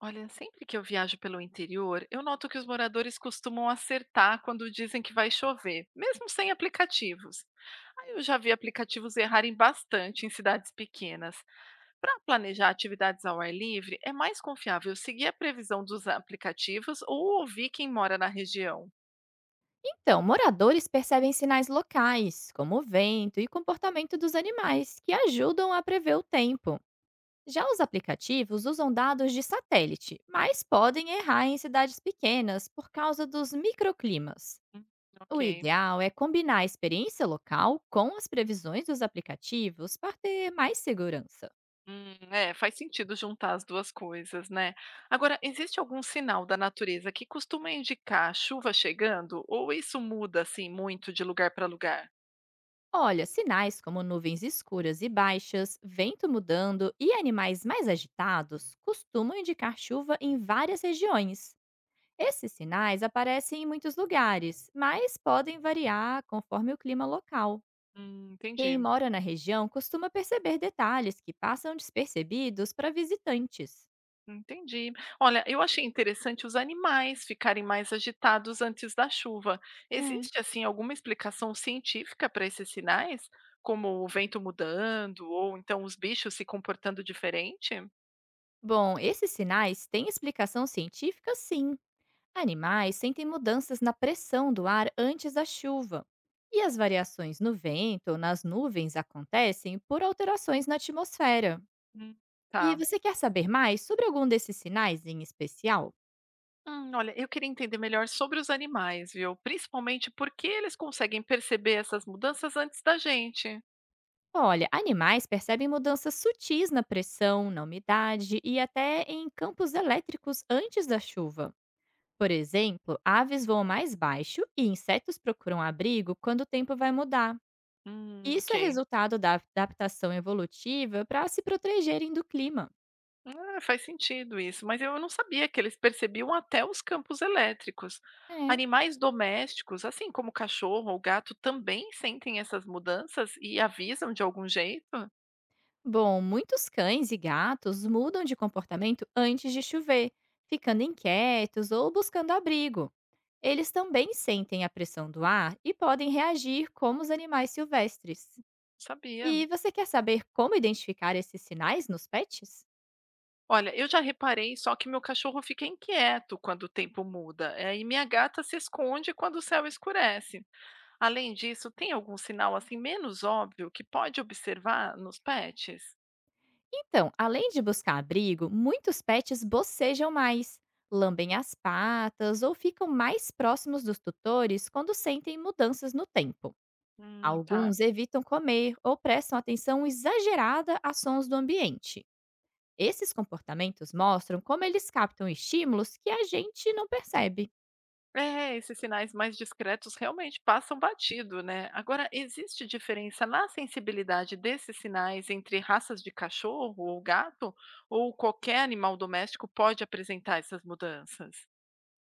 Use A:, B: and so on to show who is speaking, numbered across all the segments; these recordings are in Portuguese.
A: Olha, sempre que eu viajo pelo interior, eu noto que os moradores costumam acertar quando dizem que vai chover, mesmo sem aplicativos. Aí eu já vi aplicativos errarem bastante em cidades pequenas. Para planejar atividades ao ar livre, é mais confiável seguir a previsão dos aplicativos ou ouvir quem mora na região?
B: Então, moradores percebem sinais locais, como o vento e comportamento dos animais, que ajudam a prever o tempo. Já os aplicativos usam dados de satélite, mas podem errar em cidades pequenas por causa dos microclimas.
A: Hum,
B: O
A: ok.
B: ideal é combinar a experiência local com as previsões dos aplicativos para ter mais segurança.
A: É, faz sentido juntar as 2 coisas, né. Agora, existe algum sinal da natureza que costuma indicar a chuva chegando ou isso muda, assim, muito de lugar para lugar?
B: Olha, sinais como nuvens escuras e baixas, vento mudando e animais mais agitados costumam indicar chuva em várias regiões. Esses sinais aparecem em muitos lugares, mas podem variar conforme o clima local. Quem
A: Entendi,
B: mora na região costuma perceber detalhes que passam despercebidos para visitantes.
A: entendi. Olha, eu achei interessante os animais ficarem mais agitados antes da chuva.
B: É.
A: Existe, assim, alguma explicação científica para esses sinais? Como o vento mudando ou então os bichos se comportando diferente?
B: Bom, esses sinais têm explicação científica, sim. Animais sentem mudanças na pressão do ar antes da chuva. E as variações no vento ou nas nuvens acontecem por alterações na atmosfera.
A: Hum,
B: E
A: tá.
B: você quer saber mais sobre algum desses sinais em especial?
A: Olha, eu queria entender melhor sobre os animais, viu? Principalmente porque eles conseguem perceber essas mudanças antes da gente.
B: Olha, animais percebem mudanças sutis na pressão, na umidade e até em campos elétricos antes da chuva. Por exemplo, aves voam mais baixo e insetos procuram abrigo quando o tempo vai mudar. Isso
A: Ok.
B: é resultado da adaptação evolutiva para se protegerem do clima.
A: Ah, faz sentido isso, mas eu não sabia que eles percebiam até os campos elétricos.
B: É.
A: Animais domésticos, assim como o cachorro ou gato, também sentem essas mudanças e avisam de algum jeito?
B: Bom, muitos cães e gatos mudam de comportamento antes de chover, ficando inquietos ou buscando abrigo. Eles também sentem a pressão do ar e podem reagir como os animais silvestres.
A: Sabia.
B: E você quer saber como identificar esses sinais nos pets?
A: Olha, eu já reparei só que meu cachorro fica inquieto quando o tempo muda, e minha gata se esconde quando o céu escurece. Além disso, tem algum sinal assim menos óbvio que pode observar nos pets?
B: Então, além de buscar abrigo, muitos pets bocejam mais, lambem as patas ou ficam mais próximos dos tutores quando sentem mudanças no tempo.
A: Tá.
B: Alguns evitam comer ou prestam atenção exagerada a sons do ambiente. Esses comportamentos mostram como eles captam estímulos que a gente não percebe.
A: É, esses sinais mais discretos realmente passam batido, né? Agora, existe diferença na sensibilidade desses sinais entre raças de cachorro ou gato? Ou qualquer animal doméstico pode apresentar essas mudanças?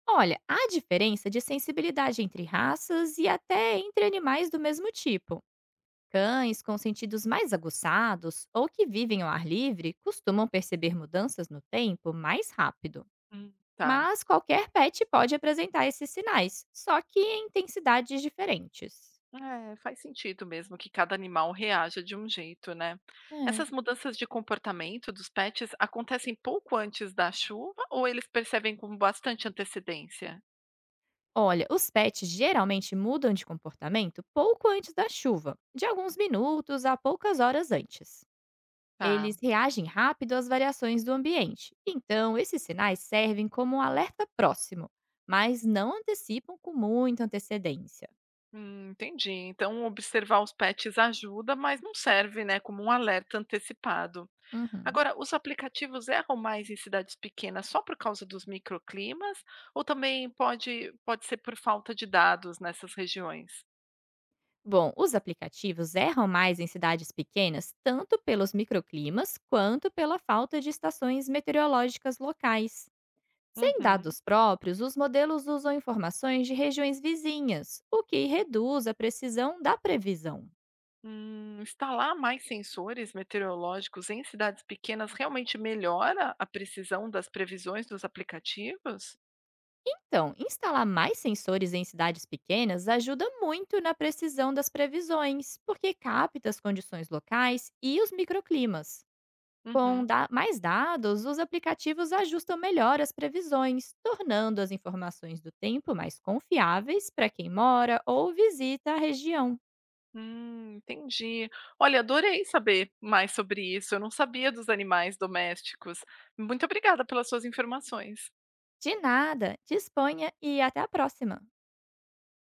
B: Olha, há diferença de sensibilidade entre raças e até entre animais do mesmo tipo. Cães com sentidos mais aguçados ou que vivem ao ar livre costumam perceber mudanças no tempo mais rápido.
A: Hum. Tá.
B: Mas qualquer pet pode apresentar esses sinais, só que em intensidades diferentes.
A: É, faz sentido mesmo que cada animal reaja de um jeito, né?
B: É.
A: Essas mudanças de comportamento dos pets acontecem pouco antes da chuva ou eles percebem com bastante antecedência?
B: Olha, os pets geralmente mudam de comportamento pouco antes da chuva, de alguns minutos a poucas horas antes.
A: Tá,
B: Eles reagem rápido às variações do ambiente. Então, esses sinais servem como um alerta próximo, mas não antecipam com muita antecedência.
A: entendi. Então, observar os pets ajuda, mas não serve, né, como um alerta antecipado.
B: Uhum.
A: Agora, os aplicativos erram mais em cidades pequenas só por causa dos microclimas ou também pode ser por falta de dados nessas regiões?
B: Bom, os aplicativos erram mais em cidades pequenas, tanto pelos microclimas quanto pela falta de estações meteorológicas locais. Sem
A: Uhum.
B: dados próprios, os modelos usam informações de regiões vizinhas, o que reduz a precisão da previsão.
A: Instalar mais sensores meteorológicos em cidades pequenas realmente melhora a precisão das previsões dos aplicativos?
B: Então, instalar mais sensores em cidades pequenas ajuda muito na precisão das previsões, porque capta as condições locais e os microclimas. Com
A: Uhum.
B: mais dados, os aplicativos ajustam melhor as previsões, tornando as informações do tempo mais confiáveis para quem mora ou visita a região.
A: Entendi. Olha, adorei saber mais sobre isso. Eu não sabia dos animais domésticos. Muito obrigada pelas suas informações.
B: De nada, disponha e até a próxima!